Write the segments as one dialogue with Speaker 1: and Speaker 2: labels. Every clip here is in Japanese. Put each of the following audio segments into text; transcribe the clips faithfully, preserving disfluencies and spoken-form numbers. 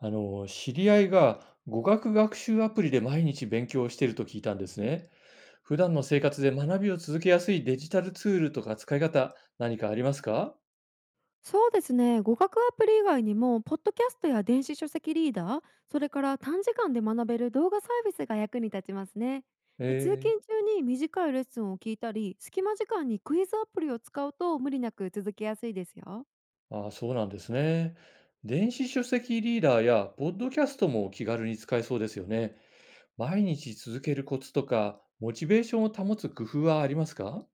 Speaker 1: あの、知り合いが語学学習アプリで毎日勉強をしていると聞いたんですね。普段の生活で学びを続けやすいデジタルツールとか使い方、何かありますか？
Speaker 2: そうですね。語学アプリ以外にもポッドキャストや電子書籍リーダー、それから短時間で学べる動画サービスが役に立ちますね。で、通
Speaker 1: ええ。
Speaker 2: 勤中に短いレッスンを聞いたり、隙間時間にクイズアプリを使うと無理なく続けやすいですよ。
Speaker 1: ああ、そうなんですね。電子書籍リーダーやポッドキャストも気軽に使えそうですよね。毎日続けるコツとか、モチベーションを保つ工夫はありますか？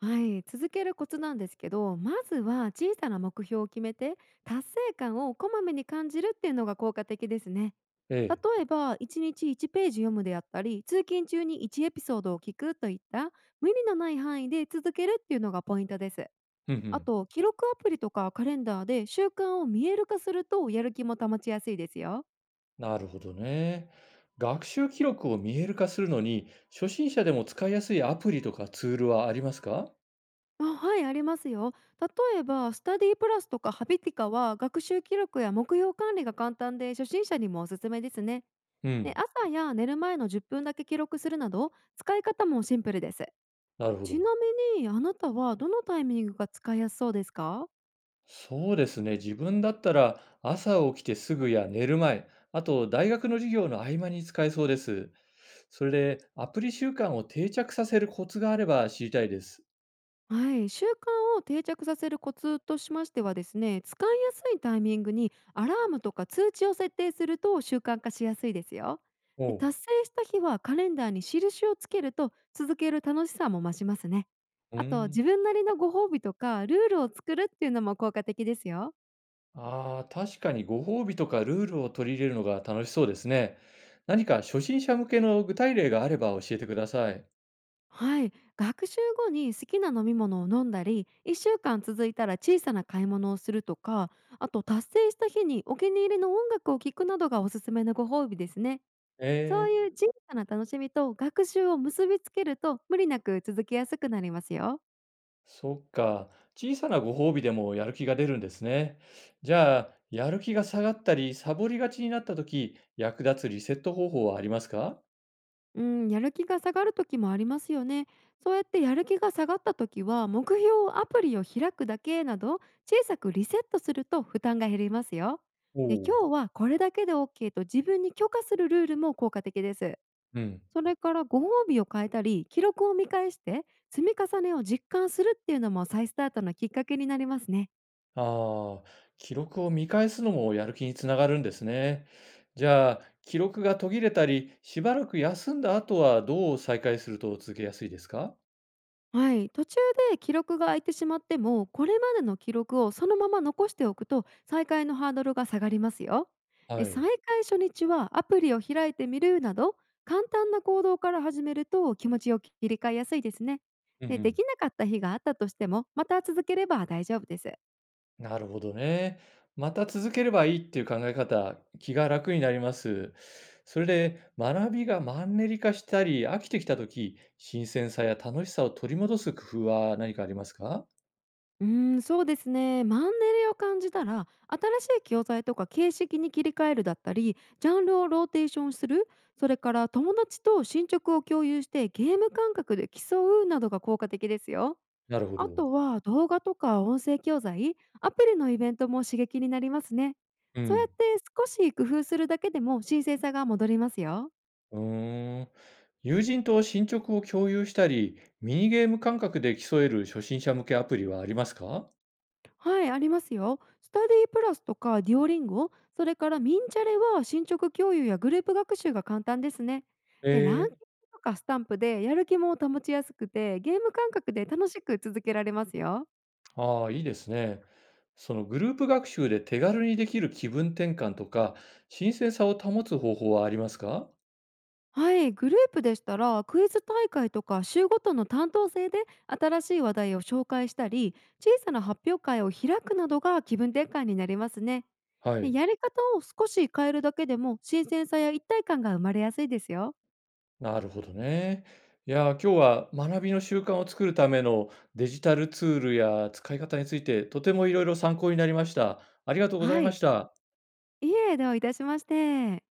Speaker 2: はい、続けるコツなんですけど、まずは小さな目標を決めて達成感をこまめに感じるっていうのが効果的ですね。
Speaker 1: ええ。
Speaker 2: 例えばいちにちいちページ読むであったり、通勤中にいちエピソードを聞くといった無理のない範囲で続けるっていうのがポイントです。
Speaker 1: うんう
Speaker 2: あ
Speaker 1: ん。
Speaker 2: と、記録アプリとかカレンダーで習慣を見える化するとやる気も保ちやすいですよ。
Speaker 1: なるほどね。学習記録を見える化するのに、初心者でも使いやすいアプリとかツールはありますか？
Speaker 2: あ、はい、ありますよ。例えば、スタディプラスとかハビティカは学習記録や目標管理が簡単で初心者にもおすすめですね。
Speaker 1: う
Speaker 2: で、
Speaker 1: ん。
Speaker 2: 朝や寝る前のじゅっぷんだけ記録するなど、使い方もシンプルです。
Speaker 1: なるほ
Speaker 2: ち
Speaker 1: ど。
Speaker 2: なみに、あなたはどのタイミングが使いやすそうですか？
Speaker 1: そうですね。自分だったら朝起きてすぐや寝る前、あと大学の授業の合間に使えそうです。それでアプリ習慣を定着させるコツがあれば知りたいです。
Speaker 2: はい、習慣を定着させるコツとしましてはですね、使いやすいタイミングにアラームとか通知を設定すると習慣化しやすいですよ。
Speaker 1: お
Speaker 2: で、
Speaker 1: う。
Speaker 2: 達成した日はカレンダーに印をつけると続ける楽しさも増しますね。
Speaker 1: う
Speaker 2: あと、
Speaker 1: ん。
Speaker 2: 自分なりのご褒美とかルールを作るっていうのも効果的ですよ。
Speaker 1: ああ、確かにご褒美とかルールを取り入れるのが楽しそうですね。何か初心者向けの具体例があれば教えてください。
Speaker 2: はい、学習後に好きな飲み物を飲んだり、いっしゅうかん続いたら小さな買い物をするとか、あと達成した日にお気に入りの音楽を聴くなどがおすすめのご褒美ですね。
Speaker 1: え
Speaker 2: そう
Speaker 1: え、
Speaker 2: いう小さな楽しみと学習を結びつけると無理なく続けやすくなりますよ。
Speaker 1: そっか。小さなご褒美でもやる気が出るんですね。じゃあ、やる気が下がったり、サボりがちになったとき、役立つリセット方法はありますか？
Speaker 2: うん、やる気が下がる時もありますよね。そうやってやる気が下がった時は、目標をアプリを開くだけなど小さくリセットすると負担が減りますよ。
Speaker 1: お
Speaker 2: で、
Speaker 1: おう、
Speaker 2: 今日はこれだけで オーケー と自分に許可するルールも効果的です。
Speaker 1: うん。
Speaker 2: それからご褒美を変えたり、記録を見返して積み重ねを実感するっていうのも再スタートのきっかけになりますね。
Speaker 1: ああ、記録を見返すのもやる気につながるんですね。じゃあ、記録が途切れたり、しばらく休んだ後はどう再開すると続けやすいですか？
Speaker 2: はい、途中で記録が空いてしまっても、これまでの記録をそのまま残しておくと再開のハードルが下がりますよ。で、
Speaker 1: は
Speaker 2: 再
Speaker 1: い。
Speaker 2: 開初日はアプリを開いてみるなど簡単な行動から始めると気持ちを切り替えやすいですね。
Speaker 1: うん
Speaker 2: で、
Speaker 1: う
Speaker 2: で
Speaker 1: ん。
Speaker 2: きなかった日があったとしてもまた続ければ大丈夫です。
Speaker 1: なるほどね。また続ければいいっていう考え方、気が楽になります。それで、学びがマンネリ化したり、飽きてきたとき、新鮮さや楽しさを取り戻す工夫は何かありますか？
Speaker 2: うーん、そうですね。マンネリを感じたら、新しい教材とか形式に切り替えるだったり、ジャンルをローテーションする、それから友達と進捗を共有してゲーム感覚で競うなどが効果的ですよ。
Speaker 1: なるほ
Speaker 2: あ
Speaker 1: ど。
Speaker 2: とは動画とか音声教材、アプリのイベントも刺激になりますね。
Speaker 1: う
Speaker 2: そうやっ
Speaker 1: ん。
Speaker 2: て少し工夫するだけでも新鮮さが戻りますよ。
Speaker 1: うーん。友人と進捗を共有したり、ミニゲーム感覚で競える初心者向けアプリはありますか？
Speaker 2: はい、ありますよ。スタディプラスとかデュオリンゴ、それからミンチャレは進捗共有やグループ学習が簡単ですね。
Speaker 1: え
Speaker 2: で、ランキング
Speaker 1: ー。
Speaker 2: とかスタンプでやる気も保ちやすくて、ゲーム感覚で楽しく続けられますよ。
Speaker 1: ああ、いいですね。そのグループ学習で手軽にできる気分転換とか、新鮮さを保つ方法はありますか？
Speaker 2: はい、グループでしたらクイズ大会とか週ごとの担当制で新しい話題を紹介したり、小さな発表会を開くなどが気分転換になりますね。
Speaker 1: は
Speaker 2: で、
Speaker 1: い。
Speaker 2: やり方を少し変えるだけでも新鮮さや一体感が生まれやすいですよ。
Speaker 1: なるほどね。いやー、今日は学びの習慣を作るためのデジタルツールや使い方について、とてもいろいろ参考になりました。ありがとうござい
Speaker 2: は
Speaker 1: ま
Speaker 2: い。
Speaker 1: した。
Speaker 2: いえ、どういたしまして。